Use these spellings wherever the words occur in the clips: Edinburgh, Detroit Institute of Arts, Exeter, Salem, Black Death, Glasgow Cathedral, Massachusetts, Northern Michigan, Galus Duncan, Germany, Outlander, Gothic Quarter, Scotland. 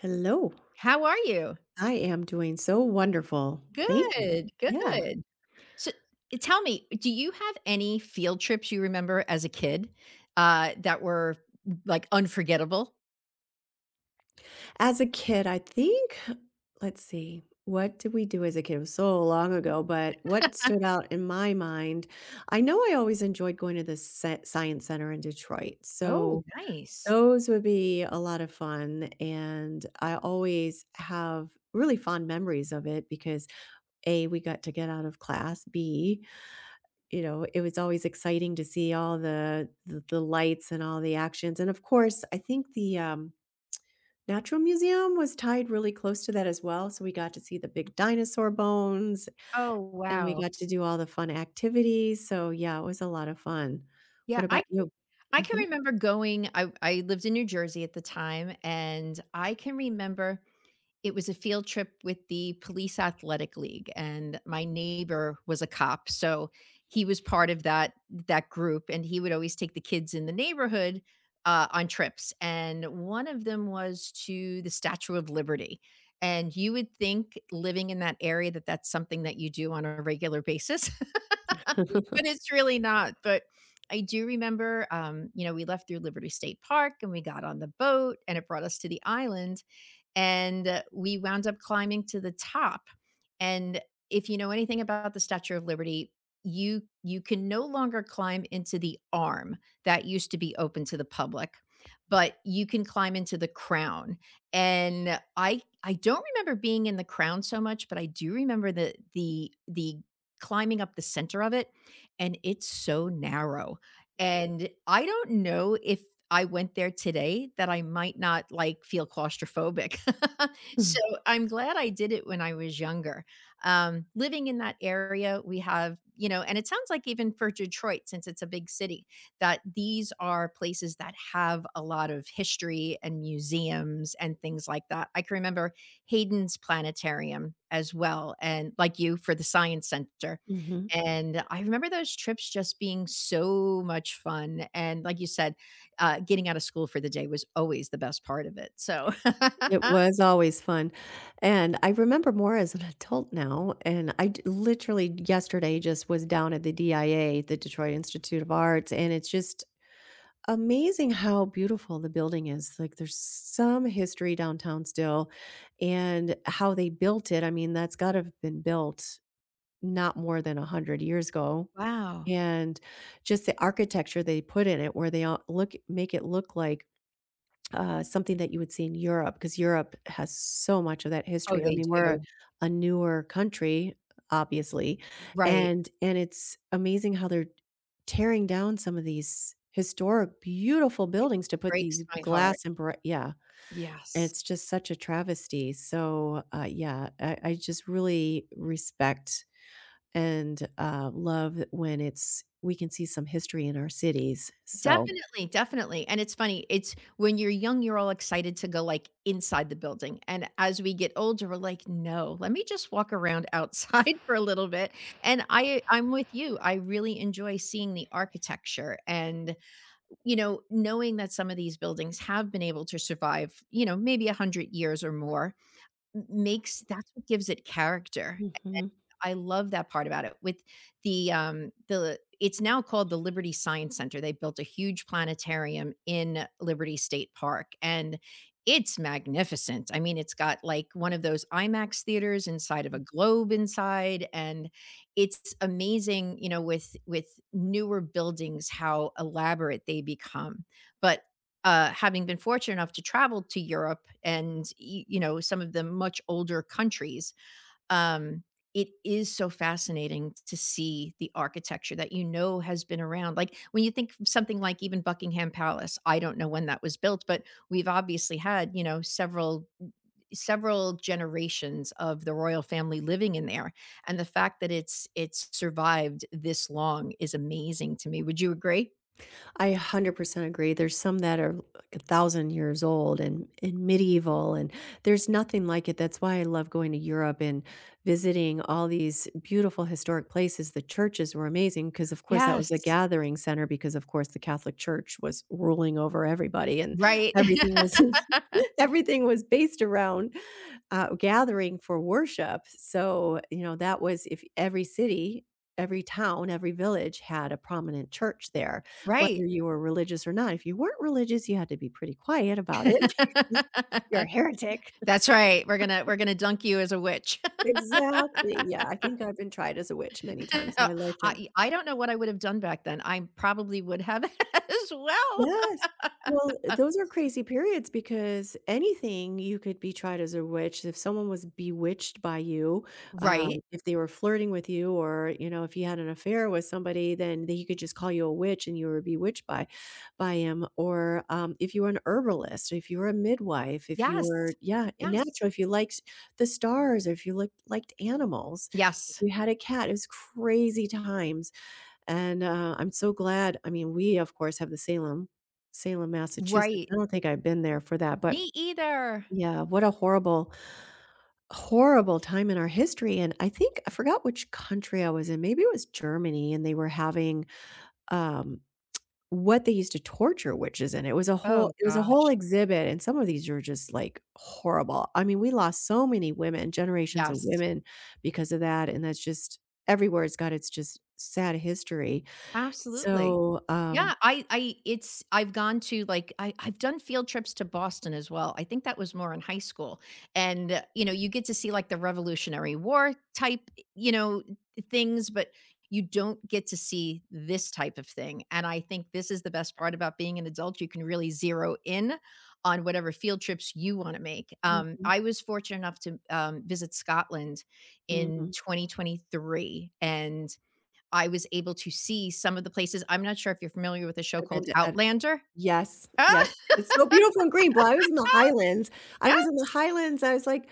Hello. How are you? I am doing so wonderful. Thank you. Good, Yeah. good. So, tell me, do you have any field trips you remember as a kid, that were, like, unforgettable? As a kid, I think, let's see, what did we do as a kid? It was so long ago, but what stood out in my mind, I know I always enjoyed going to the Science Center in Detroit. Oh, So nice. those would be a lot of fun. And I always have really fond memories of it because A, we got to get out of class, B, it was always exciting to see all the lights and all the actions, and of course, I think the Natural Museum was tied really close to that as well, so we got to see the big dinosaur bones, Oh, and we wow. got to do all the fun activities, so yeah, it was a lot of fun. Yeah, What I about you? I can Mhm. remember going. I lived in New Jersey at the time, and I can remember it was a field trip with the Police Athletic League, and my neighbor was a cop, so he was part of that group, and he would always take the kids in the neighborhood on trips. And one of them was to the Statue of Liberty. And you would think, living in that area, that that's something that you do on a regular basis, but it's really not. But I do remember, you know, we left through Liberty State Park and we got on the boat, and it brought us to the island, and we wound up climbing to the top. And if you know anything about the Statue of Liberty, you can no longer climb into the arm that used to be open to the public, but you can climb into the crown. And I don't remember being in the crown so much, but I do remember the the climbing up the center of it, and it's so narrow. And I don't know if I went there today that I might not, like, feel claustrophobic. Mm. So, I'm glad I did it when I was younger. Living in that area, we have, you know, and it sounds like even for Detroit, since it's a big city, that these are places that have a lot of history and museums and things like that. I can remember Hayden's Planetarium as well, and like you, for the Science Center. Mhm. And I remember those trips just being so much fun, and like you said, getting out of school for the day was always the best part of it, so. It was always fun, and I remember more as an adult now, and I d literally yesterday just was down at the DIA, the Detroit Institute of Arts, and it's just amazing how beautiful the building is. Like there's some history downtown still and how they built it. I mean, that's got to have been built not more than 100 years ago. Wow. And just the architecture they put in it where they all look make it look like something that you would see in Europe, because Europe has so much of that Oh, history. I they mean, we're do. a newer country, obviously, Right. and it's amazing how they're tearing down some of these historic, beautiful It buildings to put these breaks my heart. glass and bri, yeah, and Yes. it's just such a travesty. So, yeah, I just really respect and, love when it's we can see some history in our cities, so. Definitely, definitely, and it's funny, it's when you're young, you're all excited to go, like, inside the building, and as we get older, we're like, "No, let me just walk around outside for a little bit," and I'm with you, I really enjoy seeing the architecture, and you know, knowing that some of these buildings have been able to survive, you know, maybe 100 years or more m- makes that's what gives it character. Mhm. I love that part about it. With the it's now called the Liberty Science Center. They built a huge planetarium in Liberty State Park, and it's magnificent. I mean, it's got like one of those IMAX theaters inside of a globe inside, and it's amazing, you know, with newer buildings, how elaborate they become. But having been fortunate enough to travel to Europe and you know, some of the much older countries, um, it is so fascinating to see the architecture that you know has been around. Like when you think of something like even Buckingham Palace, I don't know when that was built, but we've obviously had, you know, several generations of the royal family living in there. And the fact that it's survived this long is amazing to me. Would you agree? I 100% agree. There's some that are like a thousand years old and medieval, and there's nothing like it. That's why I love going to Europe and visiting all these beautiful historic places. The churches were amazing because, of course, that was the Yes. gathering center, because, of course, the Catholic Church was ruling over everybody and Right. everything was. Everything was based around gathering for worship. So, you know, that was if every city, every town, every village had a prominent church there, whether Right. you were religious or not. If you weren't religious, you had to be pretty quiet about it because you're a heretic. That's right. We're gonna dunk you as a witch. Exactly. Yeah, I think I've been tried as a witch many times in my lifetime. I don't know what I would have done back then. I probably would have as well. Yes. Well, those are crazy periods because anything you could be tried as a witch. If someone was bewitched by you, Right. if they were flirting with you, or you know, if you had an affair with somebody, then he could just call you a witch, and you were bewitched by him. Or if you were an herbalist, if you were a midwife, if you were Yes. yeah, a Yes. natural, if you liked the stars, or if you looked liked animals, if Yes. you had a cat. It was crazy times. And, I'm so glad I mean, we, of course, have the Salem, Massachusetts. I Right. don't think I've been there for that, but Me either. yeah, what a horrible, horrible time in our history, and I think I forgot which country I was in, maybe it was Germany, and they were having, um, what they used to torture witches in. It was a whole Oh gosh. exhibit, and some of these are just, like, horrible. I mean, we lost so many women, generations of Yes. women because of that, and that's just everywhere it's got its just sad history. Absolutely. So, um. Yeah, I it's I've gone to, like, I've done field trips to Boston as well. I think that was more in high school, and, you know, you get to see, like, the Revolutionary War type, you know, things, but you don't get to see this type of thing, and I think this is the best part about being an adult, you can really zero in on whatever field trips you wanna make. Mhm, I was fortunate enough to, visit Scotland in mhm. 2023, and I was able to see some of the places. I'm not sure if you're familiar with a show I've been called to Ed Outlander? Yes, yes. Ah, It's so beautiful and green. Well, I was in the Highlands. I was in the yes. Highlands, I was like,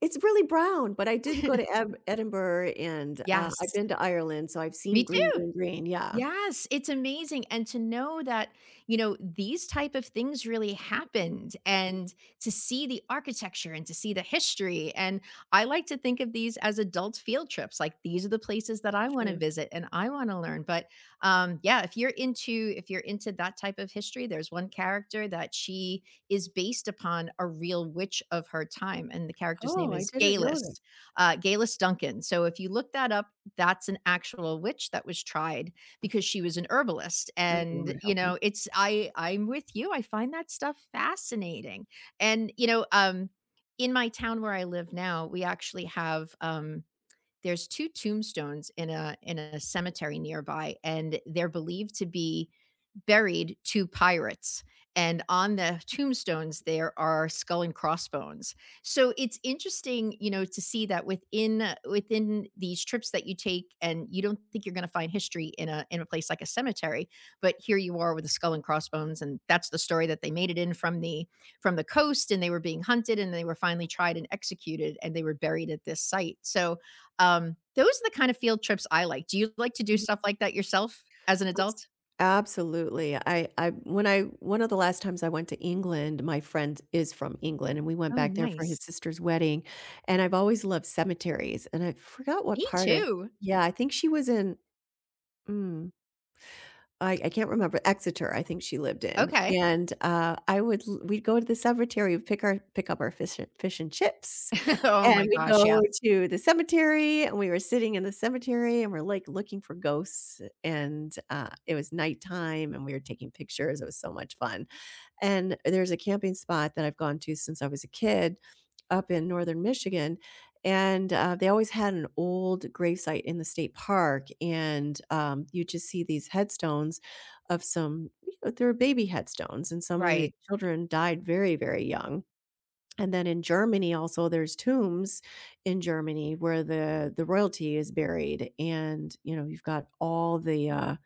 "It's really brown," but I did go to Eb Edinburgh and, I've Yes, been to Ireland, so I've seen me green, too. green, green, yeah, Yes, it's amazing, and to know that, you know, these type of things really happened, and to see the architecture, and to see the history, and I like to think of these as adult field trips, like these are the places that I want to sure. visit and I want to learn. But, yeah, if you're into that type of history, there's one character that she is based upon, a real witch of her time, and the character's Oh, name I is didn't know that. Galus, Galus Duncan. So if you look that up, that's an actual witch that was tried because she was an herbalist. Oh, And Lord you help me. know, it's I'm with you, I find that stuff fascinating. And you know, in my town where I live now, we actually have, there's two tombstones in a cemetery nearby, and they're believed to be buried two pirates. And on the tombstones there are skull and crossbones, so it's interesting, you know, to see that within, within these trips that you take. And you don't think you're going to find history in a place like a cemetery, but here you are with a skull and crossbones. And that's the story, that they made it in from the coast, and they were being hunted, and they were finally tried and executed, and they were buried at this site. So those are the kind of field trips I like. Do you like to do Mhm. stuff like that yourself as an Abs adult? absolutely. I when I one of the last times I went to England, my friend is from England, and we went Oh, back there for his nice. sister's wedding, and I've always loved cemeteries, and I forgot what Me part of. too. Yeah, I think she was in mm, I can't remember, Exeter, I think she lived in, Okay. and, I would l we'd go to the cemetery, we'd pick up our fish and chips Oh my and we gosh, go yes. to the cemetery, and we were sitting in the cemetery, and we're, like, looking for ghosts, and, it was nighttime, and we were taking pictures, it was so much fun. And there's a camping spot that I've gone to since I was a kid up in Northern Michigan, and, they always had an old gravesite in the state park, and, you just see these headstones of some you know, they were baby headstones, and some of the Right. children died very, very young, and then in Germany also there's tombs in Germany where the royalty is buried and you know you've got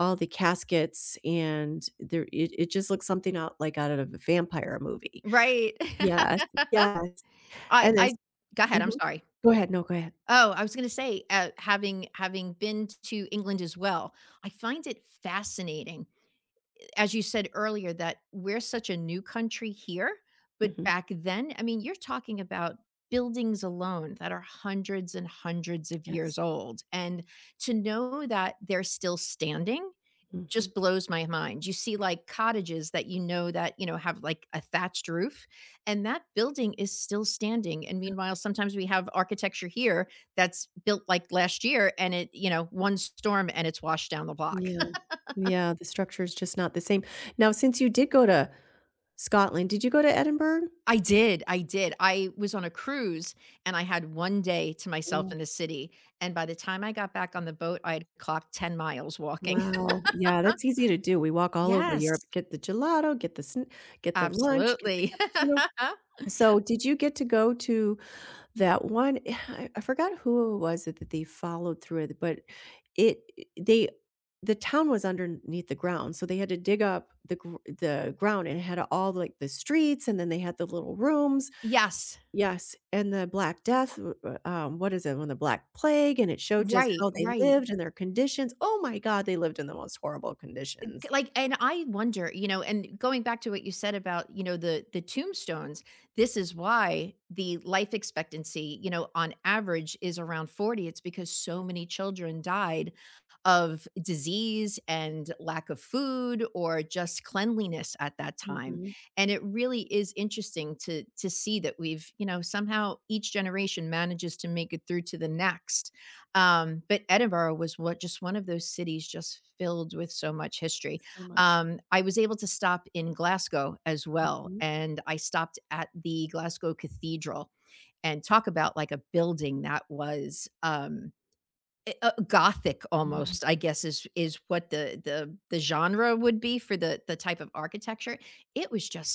all the caskets and there it, it just looks something out like out of a vampire movie. Right. Yes, yes. And then I go ahead, mhm. I'm sorry. Go ahead, no, go ahead. Oh, I was gonna say, having been to England as well, I find it fascinating, as you said earlier, that we're such a new country here, but Mhm. back then, I mean, you're talking about buildings alone that are hundreds and hundreds of Yes. years old. And to know that they're still standing Mhm. just blows my mind. You see like cottages that, you know, have like a thatched roof, and that building is still standing. And meanwhile, sometimes we have architecture here that's built like last year, and it, you know, one storm and it's washed down the block. Yeah. Yeah, the structure is just not the same. Now since you did go to Scotland, did you go to Edinburgh? I did, I did. I was on a cruise, and I had 1 day to myself in the city, and by the time I got back on the boat, I had clocked 10 miles walking. Wow, yeah, that's easy to do. We walk all over Europe, Yes, get the gelato, get the lunch, get the absolutely. cappuccino. So, did you get to go to that one I forgot who it was that they followed through it, but it eh, they the town was underneath the ground, so they had to dig up the ground and it had all, like, the streets, and then they had the little rooms. Yes. Yes, and the Black Death, w w what is it? When the Black Plague, and it showed just Right, how they right. lived and their conditions. Oh my god, they lived in the most horrible conditions. Like, and I wonder, you know, and going back to what you said about, you know, the tombstones, this is why the life expectancy, you know, on average is around 40. It's because so many children died of disease and lack of food or just cleanliness at that time. Mhm. And it really is interesting to see that we've, you know, somehow each generation manages to make it through to the next. But Edinburgh was, what, just one of those cities just filled with so much history. So much. I was able to stop in Glasgow as well, Mhm. and I stopped at the Glasgow Cathedral, and talk about like a building that was, gothic, Mhm. almost, I guess is what the genre would be for the type of architecture. It was just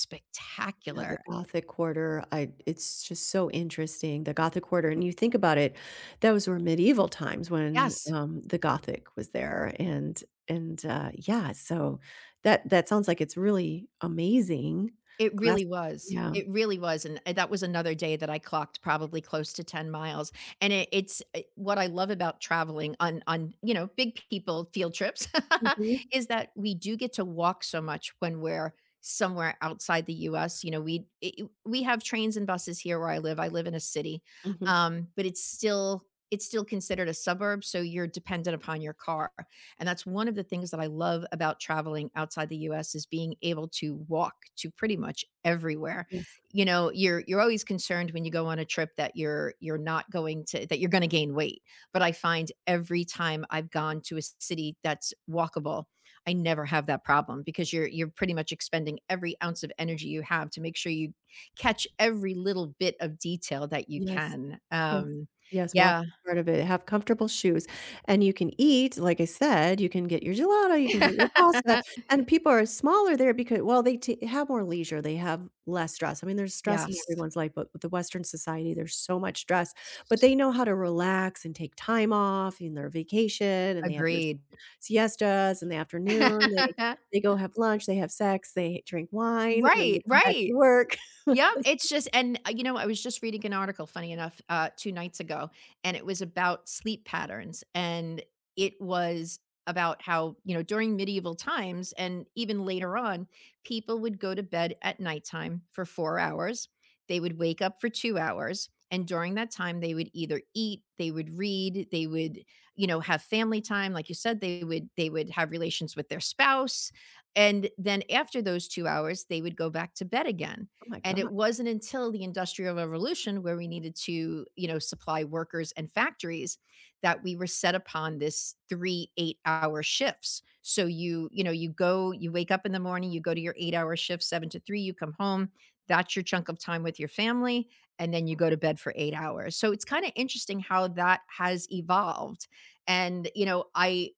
Yeah, the spectacular. Gothic Quarter, I it's just so interesting, the Gothic Quarter, and you think about it, those were medieval times when, Yes. The Gothic was there, and yeah, so that sounds like it's really amazing. It Glass. really was. Yeah. It really was, and that was another day that I clocked probably close to 10 miles. And it it's, what I love about traveling on you know, big people field trips Mhm. is that we do get to walk so much when we're somewhere outside the US. You know, we have trains and buses here where I live. I live in a city, Mhm. But it's still considered a suburb, so you're dependent upon your car. And that's one of the things that I love about traveling outside the US, is being able to walk to pretty much everywhere. Yes. You know, you're always concerned when you go on a trip that you're not going to that you're going to gain weight. But I find every time I've gone to a city that's walkable, I never have that problem, because you're pretty much expending every ounce of energy you have to make sure you catch every little bit of detail that you Yes. can. Yes. Yes, walk Yeah. is part of it. Have comfortable shoes, and you can eat, like I said, you can get your gelato, you can get your pasta, and people are smaller there because well, they t have more leisure, they have less stress. I mean, there's stress in Yes. everyone's life, but with the Western society, there's so much stress, but they know how to relax and take time off in their vacation, and they have their Agreed. siestas in the afternoon, they go have lunch, they have sex, they drink wine, and then they Right, come back right. to work. Yeah, it's just, and, you know, I was just reading an article, funny enough, 2 nights ago, and it was about sleep patterns. And it was about how, you know, during medieval times and even later on, people would go to bed at nighttime for 4 hours. They would wake up for 2 hours, and during that time, they would either eat, they would read, they would, you know, have family time, like you said, they would have relations with their spouse, and then after those 2 hours, they would go back to bed again. Oh my And god. it wasn't until the Industrial Revolution, where we needed to, you know, supply workers and factories, that we were set upon this 3 8-hour shifts. So you know, you go, you wake up in the morning, you go to your 8-hour shift, 7 to 3, you come home. That's your chunk of time with your family, and then you go to bed for 8 hours. So it's kind of interesting how that has evolved. And you know, I,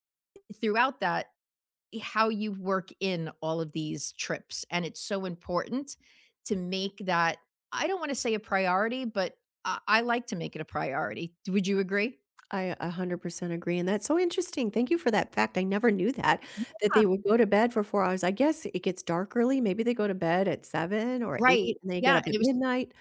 throughout that, how you work in all of these trips, and it's so important to make that, I don't wanna say a priority, but I like to make it a priority. Would you agree? I 100% agree, and that's so interesting. Thank you for that fact. I never knew that, that Yeah, they would go to bed for 4 hours. I guess it gets dark early. Maybe they go to bed at 7 or right. 8 and they Yeah, get up and at it was. midnight.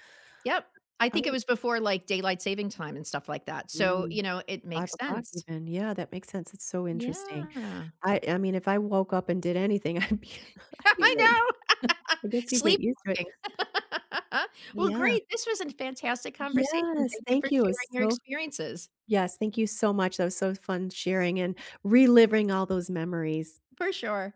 Yep. I I think it would was before, like, daylight saving time and stuff like that, so, mm, you know, it five makes o'clock sense. even. Yeah, that makes sense. It's so interesting. Yeah. I mean, if I woke up and did anything, I'd be I awake. know. I guess you get used to it. Sleepwalking. Well, Yeah. great. This was a fantastic conversation. Yes, Thank you thank for you. It's sharing your so experiences. yes, thank you so much. That was so fun sharing and reliving all those memories. For sure.